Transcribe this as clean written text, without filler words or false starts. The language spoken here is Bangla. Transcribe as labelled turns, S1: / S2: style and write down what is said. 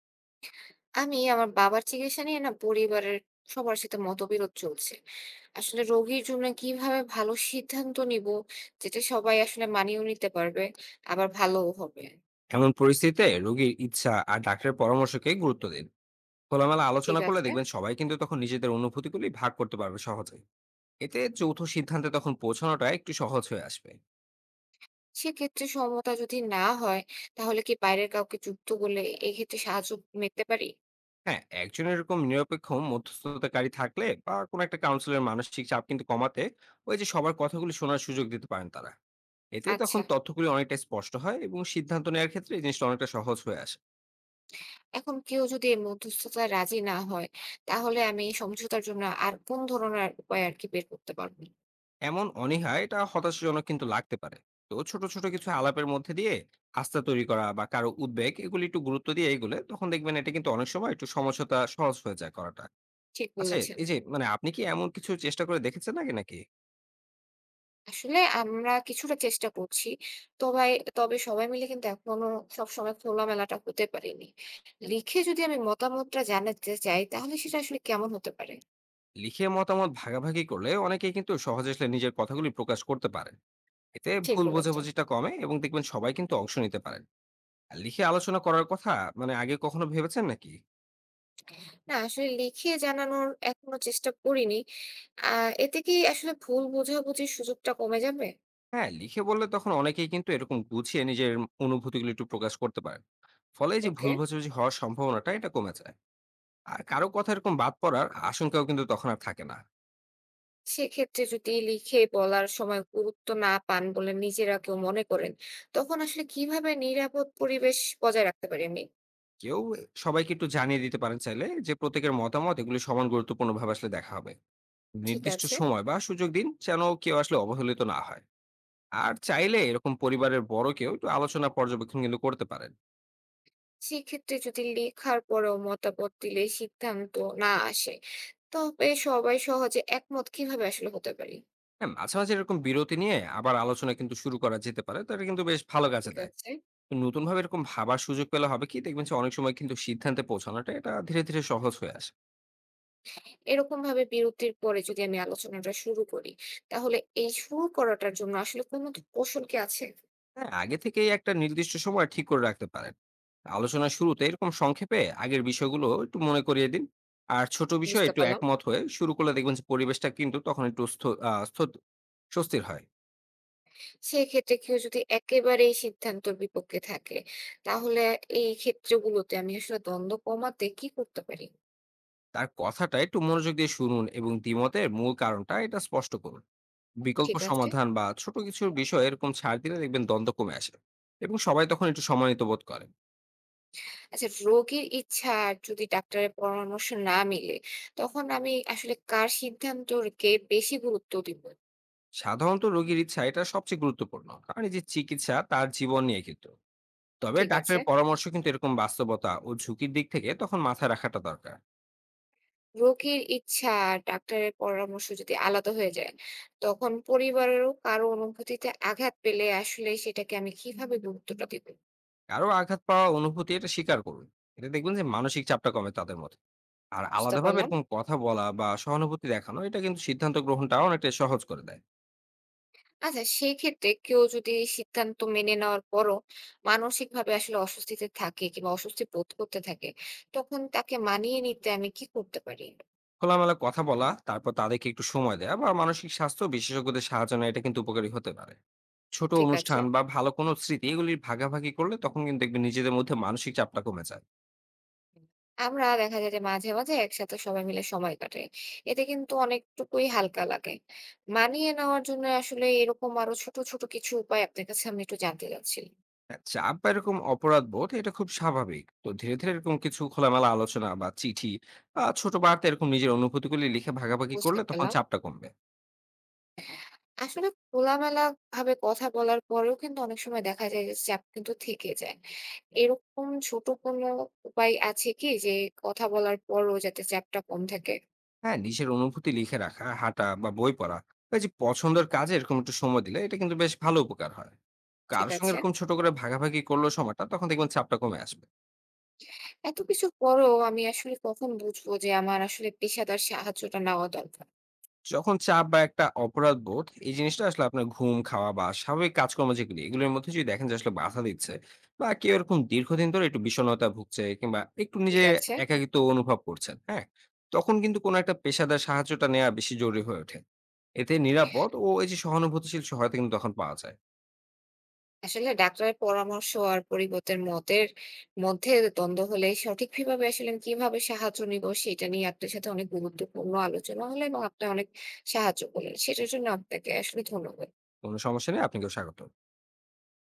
S1: আমি আমার বাবার চিকিৎসা নিয়ে না পরিবারের সবার সাথে মতবিরোধ চলছে। আসলে রোগীর জন্য কিভাবে ভালো সিদ্ধান্ত নিব যেটা সবাই আসলে মানিয়েও নিতে পারবে আবার ভালোও হবে।
S2: এমন পরিস্থিতিতে রোগীর ইচ্ছা আর ডাক্তারের পরামর্শকে গুরুত্ব দিন। খোলামেলা
S1: ঠিক
S2: আলোচনা করলে
S1: আছে?
S2: দেখবেন সবাই কিন্তু তখন নিজেদের অনুভূতিগুলি ভাগ করতে পারবে সহজে। এতে যৌথ সিদ্ধান্তে তখন পৌঁছানোটা একটু সহজ হয়ে আসবে।
S1: সেক্ষেত্রে সমতা যদি না হয় তাহলে কি বাইরের কাউকে যুক্ত করলে এক্ষেত্রে সাহায্য নিতে পারি?
S2: হ্যাঁ, একজন এরকম নিরপেক্ষ মধ্যস্থতাকারী থাকলে বা কোনো একটা কাউন্সিলের মানসিক চাপ কিন্তু কমাতে ওই যে সবার কথাগুলি শোনার সুযোগ দিতে পারেন তারা। এতে তখন
S1: আচ্ছা।
S2: তথ্যগুলি অনেকটা স্পষ্ট হয় এবং সিদ্ধান্ত নেওয়ার ক্ষেত্রে এই জিনিসটা অনেকটা সহজ হয়ে আসে।
S1: এখন কেউ যদি এই মধ্যস্থতায় রাজি না হয় তাহলে আমি এই সমঝোতার জন্য আর কোন ধরনের উপায় আর কি বের করতে পারব?
S2: এমন অনীহা এটা হতাশাজনক কিন্তু লাগতে পারে। তো ছোট ছোট কিছু আলাপের মধ্যে দিয়ে আস্থা তৈরি করা বা কারো উদ্বেগ এগুলি একটু গুরুত্ব দিয়ে এগুলো তখন দেখবেন এটা কিন্তু অনেক সময় একটু সমঝোতা সহজ হয়ে যায় করাটা।
S1: ঠিক
S2: আচ্ছা,
S1: বলেছেন।
S2: এই যে মানে আপনি কি এমন কিছু চেষ্টা করে দেখেছেন নাকি নাকি
S1: আসলে আমরা কিছুটা চেষ্টা করছি। তবাই তবে সবাই মিলে কিন্তু এখনো সবসময় খোলামেলাটা হতে পারিনি। লিখে যদি আমি মতামতটা জানাতে চাই তাহলে সেটা আসলে কেমন হতে পারে?
S2: লিখে মতামত ভাগাভাগি করলে অনেকেই কিন্তু সহজে আসলে নিজের কথাগুলি প্রকাশ করতে পারেন। এতে
S1: ঠিক
S2: ভুল
S1: বলেছেন।
S2: বোঝাবুঝিটা কমে এবং দেখবেন সবাই কিন্তু অংশ নিতে পারেন। আর লিখে আলোচনা করার কথা মানে আগে কখনো ভেবেছেন নাকি?
S1: না আসলে লিখে জানানোর এখনো চেষ্টা করিনি। আ এতে কি আসলে ভুল বোঝাবুঝির সুযোগটা কমে যাবে?
S2: হ্যাঁ, লিখে বললে তখন অনেকেই কিন্তু এরকম গুছিয়ে নিজের অনুভূতিগুলো একটু প্রকাশ করতে পারেন। ফলে এই যে
S1: ওকে।
S2: ভুল বোঝাবুঝি হওয়ার সম্ভাবনাটা এটা কমে যায়। আর কারো কথা এরকম বাদ পড়ার আশঙ্কাও কিন্তু তখন আর থাকে না।
S1: সেক্ষেত্রে যদি লিখে বলার সময় গুরুত্ব না পান বলে নিজেরা কেউ মনে করেন, তখন আসলে কিভাবে নিরাপদ পরিবেশ বজায় রাখতে পারি আমি?
S2: কেউ সবাইকে একটু জানিয়ে দিতে পারেন চাইলে যে প্রত্যেকের মতামত এগুলি সমান গুরুত্বপূর্ণ ভাবে আসলে দেখা হবে।
S1: ঠিক
S2: নির্দিষ্ট
S1: আছে।
S2: সময় বা সুযোগ দিন যেন কেউ আসলে অবহেলিত না হয়। আর চাইলে এরকম পরিবারের বড় কেউ একটু আলোচনা পর্যবেক্ষণ কিন্তু করতে পারেন।
S1: সেক্ষেত্রে যদি লেখার পরেও মতামত দিলে সিদ্ধান্ত না আসে, তবে সবাই সহজে একমত কিভাবে আসলে হতে পারি?
S2: হ্যাঁ, মাঝে মাঝে এরকম বিরতি নিয়ে আবার আলোচনা কিন্তু শুরু করা যেতে পারে, তো এটা কিন্তু বেশ ভালো কাজে
S1: ঠিক
S2: দেয়।
S1: আছে।
S2: তো নতুন ভাবে এরকম ভাবার সুযোগ পেলে হবে কি দেখবেন যে অনেক সময় কিন্তু সিদ্ধান্তে পৌঁছানোটা এটা ধীরে ধীরে সহজ হয়ে আসে।
S1: এরকম ভাবে বিরতির পরে যদি আমি আলোচনাটা শুরু করি, তাহলে এই শুরু করাটার জন্য আসলে কোনো কৌশল কি আছে?
S2: হ্যাঁ, আগে থেকেই একটা নির্দিষ্ট সময় ঠিক করে রাখতে পারেন। আলোচনার শুরুতে এরকম সংক্ষেপে আগের বিষয়গুলো একটু মনে করিয়ে দিন। আর ছোট বিষয়ে
S1: বুঝতে
S2: একটু
S1: পারলাম।
S2: একমত হয়ে শুরু করলে দেখবেন যে পরিবেশটা কিন্তু তখন একটু স্থ আ স্থত স্বস্তির হয়।
S1: সেক্ষেত্রে কেউ যদি একেবারেই সিদ্ধান্তর বিপক্ষে থাকে, তাহলে এই ক্ষেত্রগুলোতে আমি আসলে দ্বন্দ্ব কমাতে কি করতে পারি?
S2: তার কথাটা একটু মনোযোগ দিয়ে শুনুন এবং দ্বিমতের মূল কারণটা এটা স্পষ্ট করুন। বিকল্প
S1: ঠিক আছে।
S2: সমাধান বা ছোট কিছুর বিষয় এরকম ছাড় দিলে দেখবেন দ্বন্দ্ব কমে আসে। এবং সবাই তখন একটু সম্মানিত বোধ করেন।
S1: আচ্ছা রোগীর ইচ্ছা আর যদি ডাক্তারের পরামর্শ না মিলে, তখন আমি আসলে কার সিদ্ধান্তকে বেশি গুরুত্ব দিব?
S2: সাধারণত রোগীর ইচ্ছা এটা সবচেয়ে গুরুত্বপূর্ণ। কারণ এই যে চিকিৎসা তার জীবন নিয়ে কিন্তু। তবে
S1: ঠিক আছে।
S2: ডাক্তারের পরামর্শ কিন্তু এরকম বাস্তবতা ও ঝুঁকির দিক থেকে তখন মাথায় রাখাটা দরকার।
S1: রোগীর ইচ্ছা আর ডাক্তারের পরামর্শ যদি আলাদা হয়ে যায়, তখন পরিবারেরও কারো অনুভূতিতে আঘাত পেলে আসলে সেটাকে আমি কিভাবে গুরুত্বটা দিব?
S2: কারো আঘাত পাওয়া অনুভূতি এটা স্বীকার করুন। এটা দেখবেন যে মানসিক চাপটা কমে তাদের মধ্যে। আর
S1: বুঝতে
S2: আলাদাভাবে
S1: পারলাম।
S2: এরকম কথা বলা বা সহানুভূতি দেখানো এটা কিন্তু সিদ্ধান্ত গ্রহণটা অনেকটা সহজ করে দেয়।
S1: আচ্ছা সেই ক্ষেত্রে কেউ যদি সিদ্ধান্ত মেনে নেওয়ার পরও মানসিকভাবে আসলে অস্বস্তিতে থাকে কিংবা অস্বস্তি বোধ করতে থাকে, তখন তাকে মানিয়ে নিতে আমি কি করতে পারি?
S2: খোলামেলা কথা বলা, তারপর তাদেরকে একটু সময় দেওয়া বা মানসিক স্বাস্থ্য বিশেষজ্ঞদের সাহায্য নেওয়া এটা কিন্তু উপকারী হতে পারে। ছোট
S1: ঠিক আছে।
S2: অনুষ্ঠান বা ভালো কোনো স্মৃতি এগুলির ভাগাভাগি করলে তখন কিন্তু দেখবেন নিজেদের মধ্যে মানসিক চাপটা কমে যায়।
S1: আমরা দেখা যায় যে মাঝে মাঝে একসাথে সবাই মিলে সময় কাটাই। এতে কিন্তু অনেকটুকুই হালকা লাগে। মানিয়ে নেওয়ার জন্য আসলে এরকম আরো ছোট ছোট কিছু উপায় আপনার কাছে আমি একটু জানতে চাচ্ছিলাম।
S2: হ্যাঁ, চাপ বা এরকম অপরাধ বোধ এটা খুব স্বাভাবিক। তো ধীরে ধীরে এরকম কিছু খোলামেলা আলোচনা বা চিঠি বা ছোট বার্তা এরকম নিজের অনুভূতিগুলি লিখে ভাগাভাগি
S1: বুঝতে
S2: করলে তখন
S1: পারলাম।
S2: চাপটা কমবে।
S1: আসলে খোলামেলা ভাবে কথা বলার পরেও কিন্তু অনেক সময় দেখা যায় যে চাপ কিন্তু থেকে যায়। এরকম ছোট কোনো উপায় আছে কি যে কথা বলার পরও যাতে চাপটা কম থাকে?
S2: হ্যাঁ, নিজের অনুভূতি লিখে রাখা, হাঁটা বা বই পড়া বা এই যে পছন্দের কাজে এরকম একটু সময় দিলে এটা কিন্তু বেশ ভালো উপকার হয়।
S1: ঠিক
S2: কার সঙ্গে
S1: আছে।
S2: এরকম ছোট করে ভাগাভাগি করলো সময়টা তখন দেখবেন চাপটা কমে আসবে।
S1: এত কিছুর পরেও আমি আসলে কখন বুঝবো যে আমার আসলে পেশাদার সাহায্যটা নেওয়া দরকার?
S2: যখন চাপ বা একটা অপরাধ বোধ এই জিনিসটা আসলে আপনার ঘুম, খাওয়া বা স্বাভাবিক কাজকর্ম যেগুলি এগুলোর মধ্যে যদি দেখেন যে আসলে বাধা দিচ্ছে বা কেউ এরকম দীর্ঘদিন ধরে একটু বিষণ্ণতা ভুগছে কিংবা একটু
S1: ঠিক
S2: নিজে
S1: আছে।
S2: একাকিত্ব অনুভব করছেন, হ্যাঁ, তখন কিন্তু কোনো একটা পেশাদার সাহায্যটা নেওয়া বেশি জরুরি হয়ে ওঠে। এতে নিরাপদ ও এই যে সহানুভূতিশীল সহায়তা কিন্তু তখন পাওয়া যায়।
S1: আসলে ডাক্তারের পরামর্শ আর পরিবর্তের মতের মধ্যে দ্বন্দ্ব হলে সঠিকভাবে আসলে আমি কিভাবে সাহায্য নিব সেটা নিয়ে আপনার সাথে অনেক গুরুত্বপূর্ণ আলোচনা হলো এবং আপনি অনেক সাহায্য করলেন সেটার জন্য আপনাকে আসলে ধন্যবাদ
S2: কোনো সমস্যা নেই, আপনাকেও স্বাগত।